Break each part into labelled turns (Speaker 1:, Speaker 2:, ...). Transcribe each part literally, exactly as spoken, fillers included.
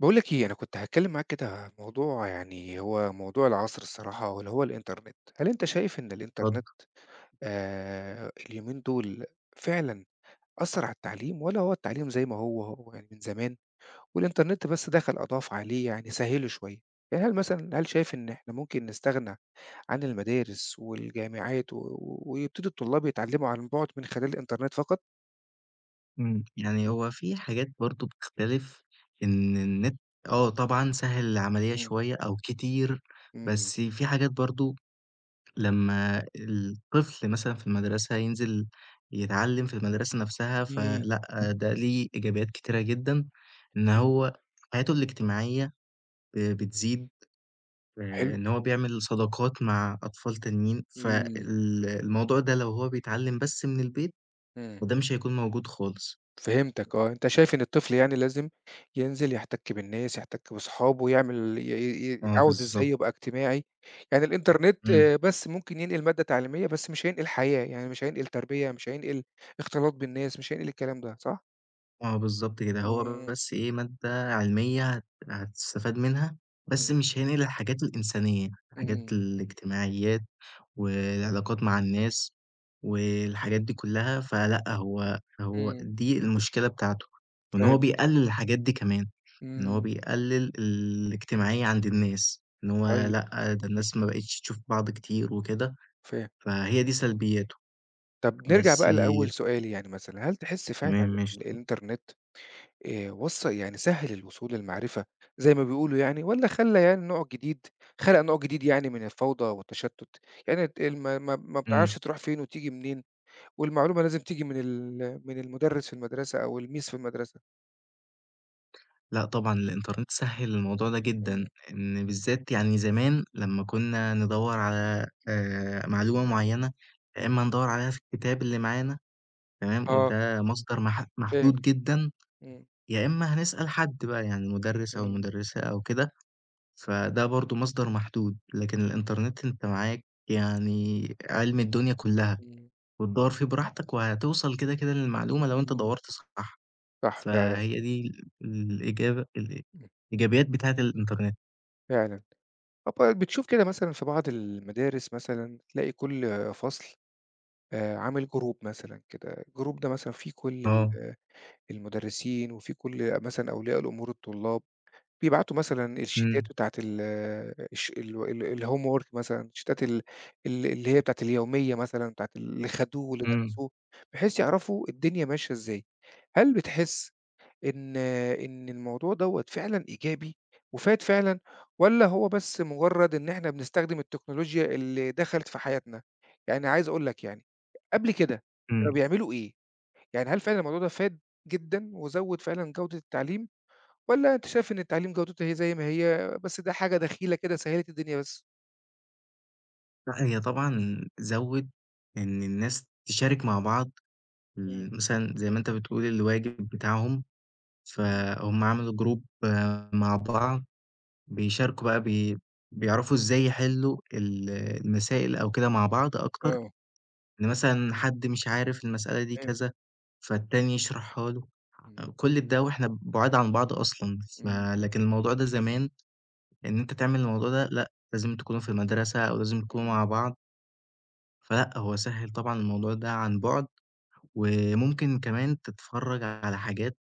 Speaker 1: باقول لك إيه، أنا كنت هاتكلم معاك كده عن موضوع يعني هو موضوع العصر الصراحة واللي هو الإنترنت، هل أنت شايف إن
Speaker 2: اتفضل.
Speaker 1: الإنترنت آآ اليومين دول فعلًا أثّر على التعليم والّا هو التعليم زي ما هو، هو يعني من زمان والإنترنت بس دخل أضاف عليه يعني سهِّله شوية؟ يعني هل مثلًا هل شايف إن إحنا ممكن نستغنى عن المدارس والجامعات و و- ويبتدي الطلاب يتعلموا عن بُعد من خلال الإنترنت فقط؟
Speaker 2: إمم، يعني هو في حاجات برضه بتختلف. إن النت آه، طبعًا سهّل العملية
Speaker 1: إمم.
Speaker 2: شوية أو كتير،
Speaker 1: إمم.
Speaker 2: بس في حاجات برضه لمّا الطفل مثلًا في المدرسة ينزل يتعلّم في المدرسة نَفْسها،
Speaker 1: إمم.
Speaker 2: فلأ ده ليه إيجابيات كتيرة جدًا، إن
Speaker 1: إمم،
Speaker 2: هو حياته الاجتماعية ب بتزيد، آآ
Speaker 1: حلو.
Speaker 2: إن هو بيعمل صداقات مع أطفال تانيين، فال
Speaker 1: إمم،
Speaker 2: الموضوع ده لو هو بيتعلّم بس من البيت،
Speaker 1: إمم.
Speaker 2: فده مش هيكون موجود خالص.
Speaker 1: فهمتك آه، أنت شايف إن الطفل يعني لازم ينزل يحتك بالناس، يحتك بصحابه، يعمل ي ي
Speaker 2: آه،
Speaker 1: يتعود إزاي
Speaker 2: بالضبط.
Speaker 1: يبقى اجتماعي، يعني الإنترنت
Speaker 2: إمم.
Speaker 1: آه، بس ممكن ينقل مادة تعليمية بس مش هينقل حياة، يعني مش هينقل تربية، مش هينقل اختلاط بالناس، مش هينقل الكلام ده، صح؟
Speaker 2: آه، بالضبط كده. هو
Speaker 1: إمم،
Speaker 2: بس إيه، مادة علمية هت هتستفاد منها، بس
Speaker 1: إمم،
Speaker 2: مش هينقل الحاجات الإنسانية، الحاجات
Speaker 1: إمم،
Speaker 2: الاجتماعيات والعلاقات مع الناس والحاجات دي كلّها، فلأ هو هو
Speaker 1: إمم،
Speaker 2: دي المشكلة بتاعته، وإن هو
Speaker 1: فاهمك،
Speaker 2: بيقلل الحاجات دي كمان، إن هو
Speaker 1: إمم،
Speaker 2: بيقلل الاجتماعية عند الناس، إن هو
Speaker 1: طيب
Speaker 2: لأ، ده الناس ما بقتش تشوف بعض كتير وكده،
Speaker 1: فاهم.
Speaker 2: فهي دي سلبياته،
Speaker 1: طب نرجع
Speaker 2: بس
Speaker 1: بقى لأول سؤالي يعني مثلًا، هل تحس فعلًا
Speaker 2: تمام
Speaker 1: ال-
Speaker 2: ماشي.
Speaker 1: الإنترنت آآ وصّ يعني سهّل الوصول للمعرفة زي ما بيقولوا يعني والّا خلّى يعني نوع جديد خلق نوع جديد يعني من الفوضى والتشتُّت؟ يعني ت الم ما ما بتعرفش
Speaker 2: إمم.
Speaker 1: تروح فين وتيجي منين والمعلومة لازم تيجي من ال من المُدرِّس في المدرسة أو الميس في المدرسة.
Speaker 2: لأ، طبعًا الإنترنت سهِّل الموضوع ده جدًا،
Speaker 1: إمم.
Speaker 2: إن بالذات يعني زمان لمّا كنا ندوّر على آآ معلومة معيّنة، يا إمّا ندوّر عليها في الكتاب اللي معانا، تمام،
Speaker 1: آه،
Speaker 2: وده مصدر مح
Speaker 1: فاهم.
Speaker 2: محدود جدًا،
Speaker 1: إمم.
Speaker 2: يا إمّا هنسأل حد بقى يعني مُدرِّس أو
Speaker 1: إمم.
Speaker 2: مُدرِّسة أو كده، فده برضه مصدر محدود، لكن الإنترنت أنت معاك يعني عِلم الدنيا كُلّها،
Speaker 1: إمم.
Speaker 2: وتدوّر فيه براحتك وهتوصل كده، كده للمعلومة لو أنت
Speaker 1: إمم.
Speaker 2: دوّرت صح.
Speaker 1: صح فعلًا.
Speaker 2: فهي دي ال الإجابة ال
Speaker 1: إمم.
Speaker 2: الإيجابيات بتاعة الإنترنت.
Speaker 1: فعلًا. طَب بتشوف كده مثلًا في بعض المدارس مثلًا تلاقي كل فصل آآ عامل جروب مثلًا كده، الجروب ده مثلًا فيه كل
Speaker 2: آه.
Speaker 1: ال المدرسين وفي كل مثلًا أولياء الأمور الطلاب، بيبعتوا مثلًا
Speaker 2: إمم.
Speaker 1: الشيتات بتاعة ال الش ال ال الhomework مثلًا، شيتات ال ال اللي هي بتاعة اليومية مثلًا، بتاعة اللي خدوه واللي
Speaker 2: إمم.
Speaker 1: درسوه، بحيث يعرفوا الدنيا ماشية إزاي. هل بتحس إن إن الموضوع دوّة فعلًا إيجابي وفاد فعلًا، والّا هو بس مجرد إن إحنا بنستخدم التكنولوجيا اللي دخلت في حياتنا؟ يعني عايز أقول لك يعني قبل كده
Speaker 2: إمم.
Speaker 1: كانوا بيعملوا إيه؟ يعني هل فعلًا الموضوع ده فاد جدًا وزوّد فعلًا جودة التعليم، والّا أنت شايف إن التعليم جودته هي زي ما هي، بس ده حاجة دخيلة كده سهّلت الدنيا بس؟
Speaker 2: لأ، هي طبعًا زوِّد إن الناس تشارك مع بعض،
Speaker 1: إمم.
Speaker 2: ال مثلًا زي ما أنت بتقول الواجب بتاعهم،
Speaker 1: إمم.
Speaker 2: فهُم عملوا جروب، آه، مع بعض، بيشاركوا بقى، بي بيعرفوا إزاي يحلّوا ال المسائل أو كده مع بعض أكتر،
Speaker 1: آه.
Speaker 2: إن مثلًا حد مش عارف المسألة دي
Speaker 1: تمام.
Speaker 2: كذا، فالتاني يشرحها له.
Speaker 1: إمم.
Speaker 2: كل ده وإحنا بُعاد عن بعض أصلًا،
Speaker 1: إمم.
Speaker 2: فلكن الموضوع ده زمان إن أنت تعمل الموضوع ده لأ، لازم تكونوا في المدرسة أو لازم تكونوا
Speaker 1: إمم.
Speaker 2: مع بعض، فلأ هو سهِّل طبعًا الموضوع ده عن بُعد، وممكن كمان تتفرّج على حاجات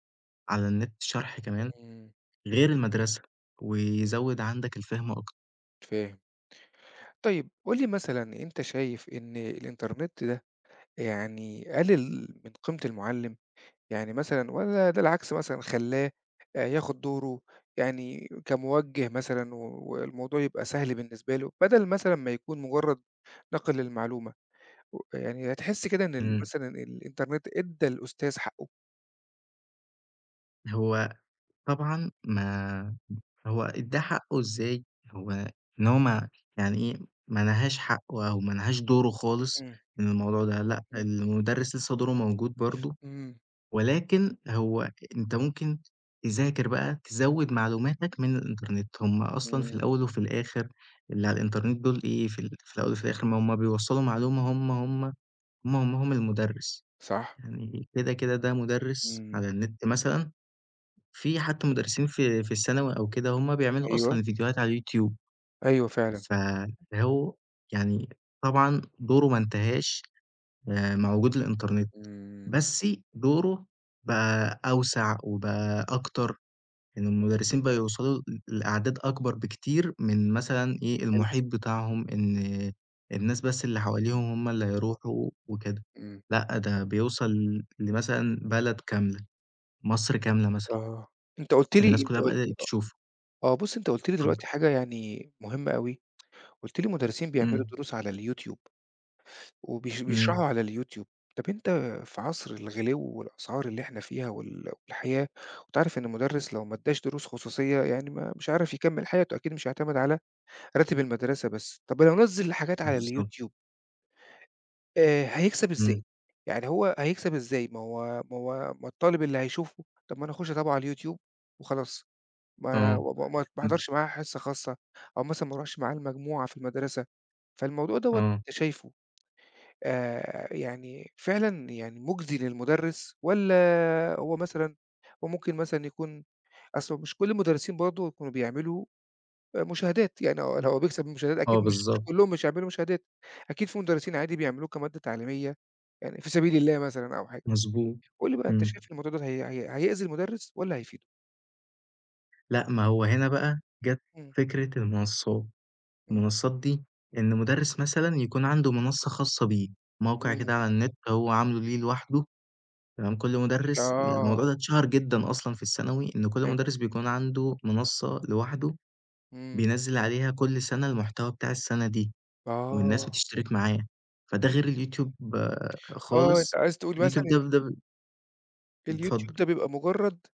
Speaker 2: على النت، شرح كمان
Speaker 1: إمم.
Speaker 2: غير المدرسة، ويزوّد عندك الفهم أكتر.
Speaker 1: فاهم. طيب قُل لي مثلًا أنت شايف إن الإنترنت ده يعني قلل من قيمة المُعلِّم؟ يعني مثلًا والّا ده العكس مثلًا خلّاه آآ ياخُد دوره يعني كموجِّه مثلًا و والموضوع يبقى سهل بالنسبة له، بدل مثلًا ما يكون مُجرّد نَقْل للمعلومة؟ و يعني هتحس كده إن ال
Speaker 2: إمم،
Speaker 1: مثلًا الإنترنت إدّى الأستاذ حقّه.
Speaker 2: هو طبعًا، ما هو ادّاه حقّه إزاي؟ هو إن هو ما يعني إيه، ما نهاش حقّه أو ما نهاش دوره خالص
Speaker 1: إمم،
Speaker 2: من الموضوع ده، لأ،
Speaker 1: إمم،
Speaker 2: المُدرّس لسّه دوره موجود برضه،
Speaker 1: إمم،
Speaker 2: ولكن هو أنت ممكن تذاكر بقى، تزوّد معلوماتك من الإنترنت، هم أصلًا في
Speaker 1: إمم،
Speaker 2: الأول وفي الآخر اللي على الإنترنت دول إيه، في ال في الأول وفي الآخر ما هم بيوصّلوا معلومة هم، هم، هم، همّهم المُدرّس،
Speaker 1: صح؟
Speaker 2: يعني كده، كده ده مُدرّس
Speaker 1: إمم.
Speaker 2: على النت مثلًا، في حتى مدرسين في في الثانوي أو كده هُم بيعملوا
Speaker 1: أيوه،
Speaker 2: أصلًا فيديوهات على اليوتيوب،
Speaker 1: أيوه فعلًا.
Speaker 2: فهو يعني طبعًا دوره ما انتهاش آآ مع وجود الإنترنت،
Speaker 1: إمم،
Speaker 2: بس دوره بقى أوسع وبقى أكتر، إن المدرسين بقوا يوصلوا ل لأعداد أكبر بكتير من مثلًا إيه،
Speaker 1: حلو.
Speaker 2: المحيط بتاعهم، إن الناس بس اللي حواليهم هُم اللي هيروحوا وكده،
Speaker 1: إمم.
Speaker 2: لأ، ده بيوصل لمثلًا بلد كاملة، مصر كاملة مثلًا،
Speaker 1: آه. أنت قُلت لي
Speaker 2: الناس
Speaker 1: أنت
Speaker 2: كلها
Speaker 1: قُلت
Speaker 2: بدأت
Speaker 1: آه،
Speaker 2: تشوفه.
Speaker 1: آه بُص أنت قُلت لي
Speaker 2: اتفضل.
Speaker 1: دلوقتي حاجة يعني مهمة أوي، قُلت لي مدرسين بيعملوا
Speaker 2: إمم،
Speaker 1: دروس على اليوتيوب وبيش
Speaker 2: إمم،
Speaker 1: بيشرحوا على اليوتيوب. طَب أنت في عصر الغِلِو والأسعار اللي إحنا فيها وال والحياة، وأنت عارف إن المدرس لو ما ادّاش دروس خصوصية يعني ما مش هيعرف يكمّل حياته، أكيد مش هيعتمد على راتب المدرسة بس، طب لو نزّل حاجات على
Speaker 2: بالضبط،
Speaker 1: اليوتيوب آآ هيكسب
Speaker 2: إمم،
Speaker 1: إزاي؟ يعني هو هيكسب إزاي؟ ما هو ما هو ما الطالب اللي هيشوفه طب ما أنا أخش أتابعه على اليوتيوب وخلاص، ما
Speaker 2: آه،
Speaker 1: وما ما
Speaker 2: إمم،
Speaker 1: باحضرش معاه حصة خاصة أو مثلًا ما أروحش معاه المجموعة في المدرسة، فالموضوع دوّة
Speaker 2: آه،
Speaker 1: أنت شايفه آآ يعني فعلًا يعني مُجزي للمدرس والّا هو مثلًا هو ممكن مثلًا يكون أصل مش كل المدرسين برضه يكونوا بيعملوا آآ مشاهدات، يعني هو هو بيكسب من المشاهدات
Speaker 2: آه،
Speaker 1: أكيد مش مش
Speaker 2: بالضبط،
Speaker 1: كلّهم مش هيعملوا مشاهدات، أكيد في مدرسين عادي بيعملوه كمادة تعليمية، يعني في سبيل الله مثلًا أو حاجة،
Speaker 2: مضبوط،
Speaker 1: قُل لي بقى أنت
Speaker 2: إمم،
Speaker 1: شايف الموضوع دوّة هي هي هيأذي المدرس والّا هيفيده؟
Speaker 2: لأ، ما هو هنا بقى جات
Speaker 1: إمم،
Speaker 2: فكرة المنصّات،
Speaker 1: إمم،
Speaker 2: المنصّات دي إن مُدرّس مثلًا يكون عنده منصّة خاصة بيه، موقع
Speaker 1: إمم،
Speaker 2: كده على النت هو عامله ليه لوحده، تمام، كل مُدرّس
Speaker 1: آه،
Speaker 2: الموضوع ده اتشهر جدًا أصلًا في الثانوي، إن كل
Speaker 1: فاهم،
Speaker 2: مُدرّس بيكون عنده منصّة لوحده
Speaker 1: إمم،
Speaker 2: بينزّل عليها كل سَنة المحتوى بتاع السَنة دي. والناس
Speaker 1: آه،
Speaker 2: بتشترك معاه، فده غير اليوتيوب، آه،
Speaker 1: آه أنت
Speaker 2: خالص،
Speaker 1: عايز تقول مثلًا
Speaker 2: اليوتيوب ده ده
Speaker 1: إن
Speaker 2: ب اتفضل.
Speaker 1: اليوتيوب ده بيبقى مجرّد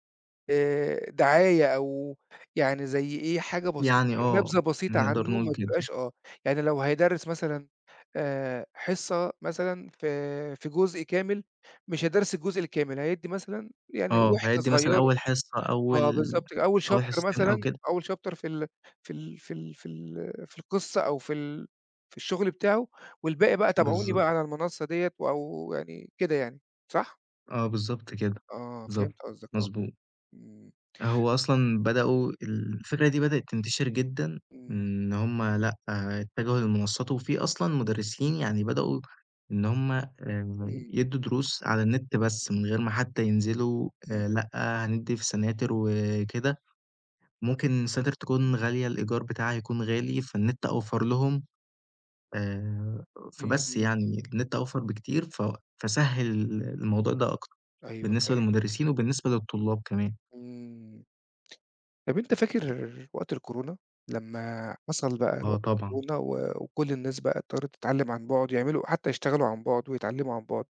Speaker 1: آآ دعاية أو يعني زي إيه، حاجة بسيطة
Speaker 2: يعني
Speaker 1: كده،
Speaker 2: آه،
Speaker 1: نبذة بسيطة
Speaker 2: نقدر
Speaker 1: عنّه
Speaker 2: نقول
Speaker 1: ما
Speaker 2: كده.
Speaker 1: تبقاش آه، يعني لو هيدرّس مثلًا آآ حصة مثلًا في في جزء كامل، مش هيدرّس الجزء الكامل، هيدّي مثلًا يعني
Speaker 2: آه،
Speaker 1: وحدة
Speaker 2: هيدّي مثلًا
Speaker 1: صغيّرة
Speaker 2: أول حصة،
Speaker 1: آه
Speaker 2: أول
Speaker 1: بالضبط كده، أول
Speaker 2: أول
Speaker 1: chapter
Speaker 2: حصتين أو
Speaker 1: مثلًا،
Speaker 2: كده.
Speaker 1: أول chapter في ال في ال في ال في ال في القصة أو في ال في الشغل بتاعه، والباقي بقى تابعوني
Speaker 2: بالضبط.
Speaker 1: بقى على المنصة ديّة أو يعني كده يعني، صح؟
Speaker 2: آه، بالضبط كده.
Speaker 1: آه،
Speaker 2: بالضبط،
Speaker 1: فهمت قصدك آه،
Speaker 2: مضبوط.
Speaker 1: إمم،
Speaker 2: هو أصلًا بدأوا الفكرة دي بدأت تنتشر جدًا،
Speaker 1: إمم،
Speaker 2: إن هُم لأ، آه، اتجهوا للمنصات، وفي أصلًا مدرسين يعني بدأوا إن هُم آآ
Speaker 1: إمم،
Speaker 2: يدّوا دروس على النت بس من غير ما حتى ينزلوا،
Speaker 1: إمم.
Speaker 2: آآ لأ، هندّي في سناتر وكده، ممكن سناتر تكون غالية الإيجار بتاعها يكون غالي، فالنت أوفر لهم، آآ فبس
Speaker 1: إمم،
Speaker 2: يعني النت أوفر بكتير، ف فسهّل الموضوع ده أكتر
Speaker 1: أيوه
Speaker 2: بالنسبة
Speaker 1: فاهم،
Speaker 2: للمدرسين وبالنسبة للطلاب كمان.
Speaker 1: إمم. طَب أنت فاكر وقت الكورونا، لمّا حصل بقى
Speaker 2: آه،
Speaker 1: الوقت
Speaker 2: طبعًا.
Speaker 1: الكورونا و وكل الناس بقى اضطرت تتعلم عن بُعد، يعملوا حتى يشتغلوا عن بُعد ويتعلموا عن بُعد،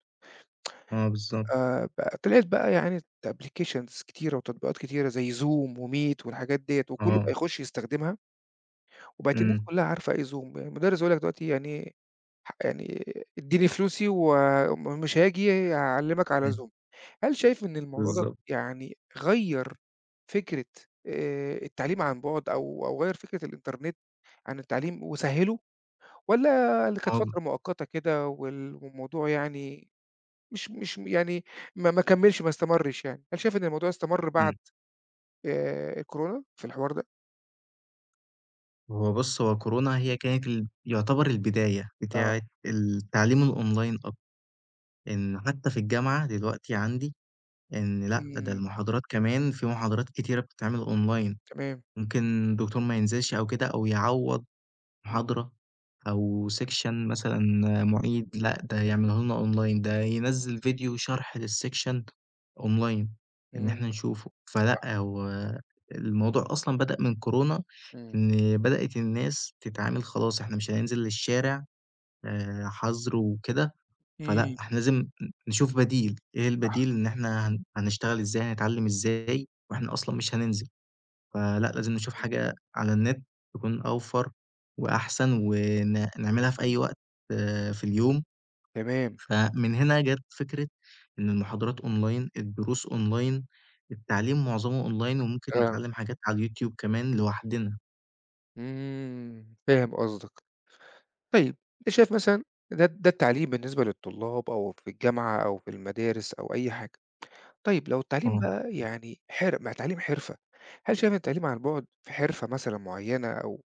Speaker 2: آه، بالضبط.
Speaker 1: آآ بقى طلعت بقى يعني applications كتيرة وتطبيقات كتيرة زي Zoom وMeet والحاجات ديّة، وكله
Speaker 2: آه،
Speaker 1: بقى يخش يستخدمها، وبقت الناس
Speaker 2: إمم،
Speaker 1: كلها عارفة إيه Zoom، يعني المدرس يقول لك دلوقتي يعني ح يعني ادّيني فلوسي ومش هاجي هاعلمك على
Speaker 2: إمم،
Speaker 1: Zoom. هل شايف إن الموضوع ده
Speaker 2: بالضبط،
Speaker 1: يعني غيّر فكرة آآ التعليم عن بُعد أو أو غيّر فكرة الإنترنت عن التعليم وسهّله والّا اللي كانت
Speaker 2: آه،
Speaker 1: فترة مؤقتة كده وال والموضوع يعني مش مش يعني ما ما كمّلش ما استمرّش يعني، هل شايف إن الموضوع استمر بعد
Speaker 2: إمم،
Speaker 1: آآ الكورونا في الحوار ده؟
Speaker 2: هو بُص، هو كورونا هي كانت ال يعتبر البداية
Speaker 1: آه.
Speaker 2: بتاعة التعليم الأونلاين، أك إن حتى في الجامعة دلوقتي عندي إن لأ، ده
Speaker 1: إمم،
Speaker 2: المحاضرات كمان في محاضرات كتيرة بتتعمل أونلاين،
Speaker 1: تمام.
Speaker 2: ممكن الدكتور ما ينزلش أو كده أو يعوّض
Speaker 1: إمم،
Speaker 2: محاضرة أو section مثلًا، مُعيد، لأ، ده
Speaker 1: إمم،
Speaker 2: يعمله لنا online، ده ينزّل فيديو شرح للsection online إن إحنا
Speaker 1: إمم،
Speaker 2: نشوفه،
Speaker 1: صح.
Speaker 2: فلأ هو الموضوع أصلًا بدأ من كورونا،
Speaker 1: إمم،
Speaker 2: إن بدأت الناس تتعامل، خلاص إحنا مش هننزل للشارع، آآ حَظر وكده، فلأ
Speaker 1: إمم،
Speaker 2: إحنا لازم ن نشوف بديل، إيه البديل؟ إن إحنا هن هنشتغل إزاي، هنتعلم إزاي، وإحنا أصلًا مش هننزل. فلأ، لازم نشوف
Speaker 1: إمم.
Speaker 2: حاجة على النت تكون أوفر وأحسن، ون نعملها في أي وقت آه، في اليوم،
Speaker 1: تمام،
Speaker 2: فمن هنا جات فكرة إن المحاضرات أونلاين، الدروس أونلاين، التعليم معظمه أونلاين، وممكن
Speaker 1: آه.
Speaker 2: نتعلم حاجات على اليوتيوب كمان لوحدنا.
Speaker 1: إمم، فاهم قصدك. طيب أنت شايف مثلًا ده ده التعليم بالنسبة للطلاب أو في الجامعة أو في المدارس أو أي حاجة، طيب لو التعليم
Speaker 2: آه،
Speaker 1: بقى يعني حر مع تعليم حرفة، هل شايف التعليم عن بُعد في حرفة مثلًا معيّنة أو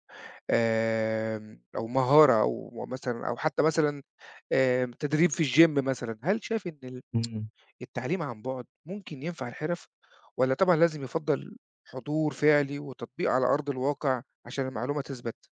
Speaker 1: آمم، أو مهارة أو مثلًا أو حتى مثلًا آآ، تدريب في الgym مثلًا، هل شايف إن ال
Speaker 2: إمم،
Speaker 1: التعليم عن بُعد ممكن ينفع الحرف والّا طبعًا لازم يُفضّل حضور فعلي وتطبيق على أرض الواقع عشان المعلومة تثبت؟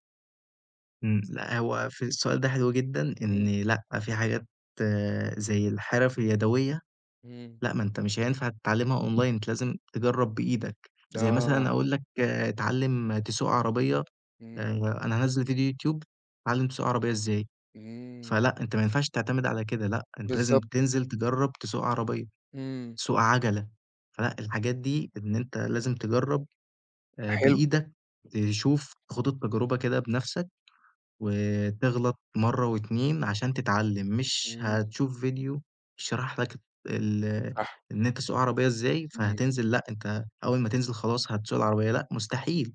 Speaker 2: إمم، لأ، هو في السؤال ده حلو جدًا، إن
Speaker 1: إمم.
Speaker 2: لأ، في حاجات آه، زي الحرف اليدوية،
Speaker 1: إمم،
Speaker 2: لأ، ما أنت مش هينفع تتعلّمها أونلاين، أنت لازم تجرّب بإيدك، زي مثلًا
Speaker 1: آه،
Speaker 2: أقول لك اتعلّم تسوق عربية،
Speaker 1: إمم.
Speaker 2: آآ، أنا هانزّل فيديو يوتيوب اتعلّم تسوق عربية إزاي،
Speaker 1: إمم،
Speaker 2: فلأ، أنت ما ينفعش تعتمد على كده، لأ، أنت لازم
Speaker 1: بالضبط،
Speaker 2: تنزل تجرّب تسوق عربية،
Speaker 1: إمم،
Speaker 2: تسوق عجلة، فلأ، الحاجات دي إن أنت لازم تجرّب، آآ،
Speaker 1: حلو،
Speaker 2: بإيدك، تشوف، خُوض التجربة كده بنفسك. وتغلط مرّة واتنين عشان تتعلّم، مش
Speaker 1: إمم،
Speaker 2: هتشوف فيديو شرح لك ال
Speaker 1: صح،
Speaker 2: إن أنت تسوق عربية إزاي،
Speaker 1: إمم،
Speaker 2: فهتنزل لأ، أنت أول ما تنزل خلاص هتسوق العربية، لأ، مستحيل.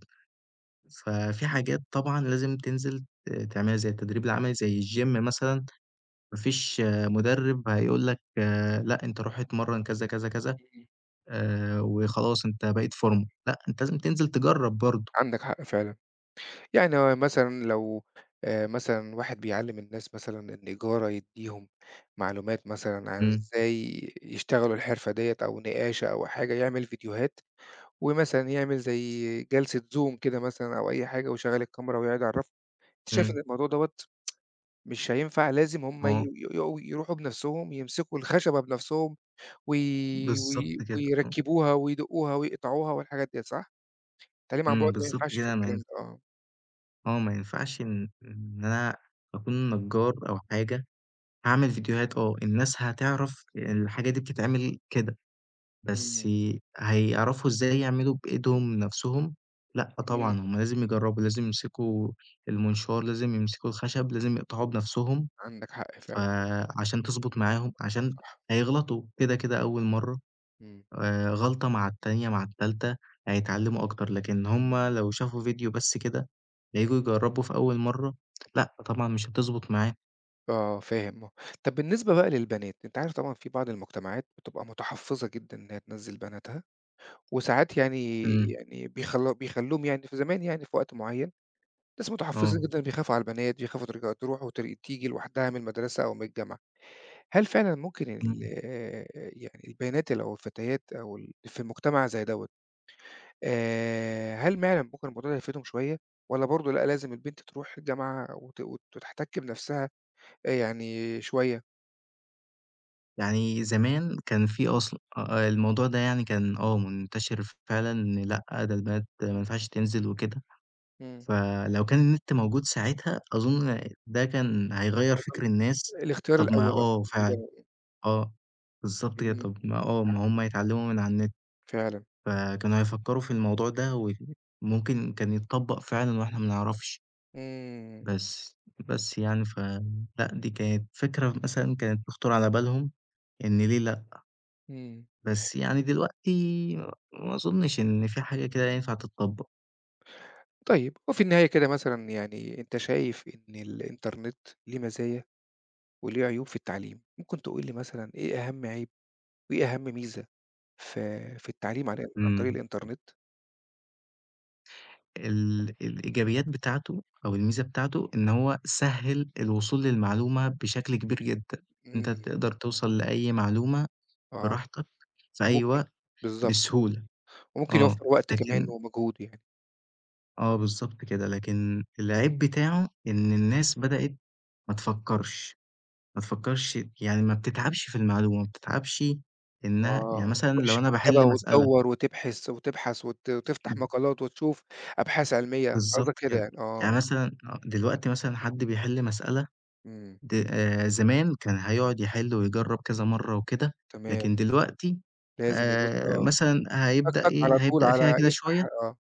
Speaker 2: ففي
Speaker 1: إمم،
Speaker 2: حاجات طبعًا لازم تنزل ت تعملها زي التدريب العملي، زي الgym مثلًا، ما فيش مدرب هيقول لك لأ، أنت روح اتمرّن كذا، كذا، كذا،
Speaker 1: إمم،
Speaker 2: آآ، وخلاص أنت بقيت فورمة، لأ، أنت لازم تنزل تجرّب برضه.
Speaker 1: عندك حق فعلًا، يعني هو مثلًا لو آآ، مثلًا واحد بيعلّم الناس مثلًا النجارة يدّيهم معلومات مثلًا عن
Speaker 2: إمم،
Speaker 1: إزاي يشتغلوا الحرفة ديّة أو نقاشة أو حاجة، يعمل فيديوهات ومثلًا يعمل زي جلسة Zoom كده مثلًا أو أي حاجة ويشغّل الكاميرا ويقعد يعرّفهم، أنت شايف
Speaker 2: إمم.
Speaker 1: إن الموضوع دوّة مش هينفع لازم هم ي ي
Speaker 2: آه،
Speaker 1: يقوا يروحوا بنفسهم يمسكوا الخشبة بنفسهم و و
Speaker 2: بالضبط كده، آه،
Speaker 1: ويركّبوها ويدقّوها ويقطعوها والحاجات ديّة صح؟ التعليم عن
Speaker 2: إمم،
Speaker 1: بُعد ما
Speaker 2: بالضبط
Speaker 1: ينفعش في
Speaker 2: كده. ما
Speaker 1: الكلام
Speaker 2: ين
Speaker 1: ده آه.
Speaker 2: آه، ما ينفعش إن إن أنا أكون نجار أو حاجة، هاعمل فيديوهات، آه، الناس هتعرف الحاجة دي بتتعمل كده، بس
Speaker 1: إمم،
Speaker 2: هيعرفوا إزاي يعملوا بإيدهم نَفْسهم؟ لأ،
Speaker 1: إمم،
Speaker 2: طبعًا هُم لازم يجرّبوا، لازم يمسكوا المنشار، لازم يمسكوا الخشب، لازم يقطعوه
Speaker 1: إمم.
Speaker 2: بنَفْسهم،
Speaker 1: عندك حق فعلًا.
Speaker 2: فعشان تضبط معاهم، عشان هيغلطوا كده، كده أول مرّة.
Speaker 1: إمم.
Speaker 2: آآ غلطة مع التانية، مع التالتة، هيتعلّموا أكتر، لكن هُم لو شافوا فيديو بس كده،
Speaker 1: إمم.
Speaker 2: هييجوا يجرّبوا في أول مرّة، لأ، طبعًا مش هتضبط معاه.
Speaker 1: آه، فاهم آه. طَب بالنسبة بقى للبنات، أنت عارف طبعًا في بعض المجتمعات بتبقى متحفّظة جدًا إن هي تنزّل بناتها، وساعات يعني
Speaker 2: إمم،
Speaker 1: يعني بيخل بيخلّوهم يعني في زمان يعني في وقت معيّن، ناس
Speaker 2: آه،
Speaker 1: متحفّظين جدًا بيخافوا على البنات، بيخافوا ترجع تروح وتر تيجي لوحدها من المدرسة أو من الجامعة. هل فعلًا ممكن ال
Speaker 2: إمم.
Speaker 1: آآ يعني البيانات اللي أو الفتيات أو ال في مجتمع زي دوّة آآ هل فعلًا ممكن الموضوع ده يفيدهم شوية والّا برضه لأ، لازم البنت تروح الجامعة وت وت وتحتك بنفسها آآ يعني شوية؟
Speaker 2: يعني زمان كان في أصل، آآ الموضوع ده يعني كان آه، منتشر فعلًا، إن لأ، ده البنات ما
Speaker 1: إمم،
Speaker 2: ينفعش تنزل وكده،
Speaker 1: إمم.
Speaker 2: فلو كان النت موجود ساعتها أظن ده كان هيغيّر
Speaker 1: هيبقى
Speaker 2: فِكر الناس،
Speaker 1: ال الاختيار
Speaker 2: طَب ما
Speaker 1: الأول أصلًا
Speaker 2: آه
Speaker 1: بالنسبة
Speaker 2: فعلًا،
Speaker 1: لهم.
Speaker 2: آه، بالضبط كده،
Speaker 1: إمم،
Speaker 2: طَب ما آه،
Speaker 1: صح
Speaker 2: ما هُم هيتعلّموا من على النت.
Speaker 1: فعلًا.
Speaker 2: فكانوا هيفكّروا في الموضوع ده وممكن كان يتطبّق فعلًا وإحنا ما نعرفش،
Speaker 1: إمم،
Speaker 2: بس بس يعني ف لأ، دي كانت فكرة مثلًا كانت تخطُر على بالهم، إن ليه لأ،
Speaker 1: إمم.
Speaker 2: بس يعني دلوقتي ما أظُنّش إن في حاجة كده ينفع تتطبّق.
Speaker 1: طيب وفي النهاية كده مثلًا يعني أنت شايف إن الإنترنت ليه مزايا وليه عيوب في التعليم، ممكن تقول لي مثلًا إيه أهم عيب وإيه أهم ميزة في في التعليم عن عن طريق
Speaker 2: إمم.
Speaker 1: الإنترنت.
Speaker 2: ال الإيجابيات بتاعته أو الميزة بتاعته إن هو سهِّل الوصول للمعلومة بشكل كبير جدًا، أنت
Speaker 1: إمم.
Speaker 2: تقدر توصل لأي معلومة
Speaker 1: آه،
Speaker 2: براحتك في أي
Speaker 1: وممكن
Speaker 2: وقت
Speaker 1: بالضبط،
Speaker 2: بسهولة،
Speaker 1: وممكن
Speaker 2: آه،
Speaker 1: يوفّر وقت كمان
Speaker 2: لكن
Speaker 1: ومجهود يعني.
Speaker 2: آه، بالضبط كده، لكن العيب بتاعه إن الناس بدأت ما تفكّرش، ما تفكّرش يعني ما بتتعبش في المعلومة، ما بتتعبش إنها
Speaker 1: آه،
Speaker 2: يعني
Speaker 1: ما
Speaker 2: مثلًا لو
Speaker 1: تروحش
Speaker 2: أنا
Speaker 1: مكتبة
Speaker 2: باحل مسألة،
Speaker 1: وتدوّر وتبحث وتبحث وت وتفتح
Speaker 2: امم،
Speaker 1: مقالات وتشوف أبحاث علمية، قصدك
Speaker 2: بالضبط
Speaker 1: كده
Speaker 2: كده،
Speaker 1: يعني،
Speaker 2: يعني
Speaker 1: آه،
Speaker 2: مثلًا آه، دلوقتي مثلًا حد بيحل مسألة،
Speaker 1: إمم،
Speaker 2: د آآ زمان كان هيقعد يحل ويجرّب كذا مرّة وكده،
Speaker 1: تمام،
Speaker 2: لكن دلوقتي
Speaker 1: لازم يبُص
Speaker 2: آآ
Speaker 1: آه،
Speaker 2: مثلًا
Speaker 1: تك،
Speaker 2: هيبدأ
Speaker 1: تك على
Speaker 2: إيه،
Speaker 1: طول
Speaker 2: هيبدأ فيها
Speaker 1: على
Speaker 2: كده شوية،
Speaker 1: يفتح آه،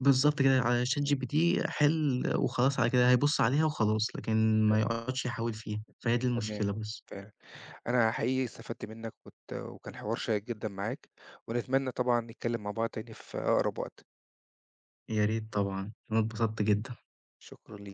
Speaker 2: بالضبط كده، على
Speaker 1: إمم،
Speaker 2: ChatGPT، حِل وخلاص على كده، هيبُص
Speaker 1: إمم،
Speaker 2: عليها وخلاص، لكن ما يقعدش يحاول فيها، فهي دي
Speaker 1: تمام،
Speaker 2: المشكلة بس.
Speaker 1: فعلًا. أنا حقيقي استفدت منّك وت وكان حوار شيّق جدًا معاك، ونتمنى طبعًا نتكلّم مع بعض تاني في أقرب وقت.
Speaker 2: يا ريت طبعًا، أنا اتبسطت جدًا.
Speaker 1: شكرًا ليك.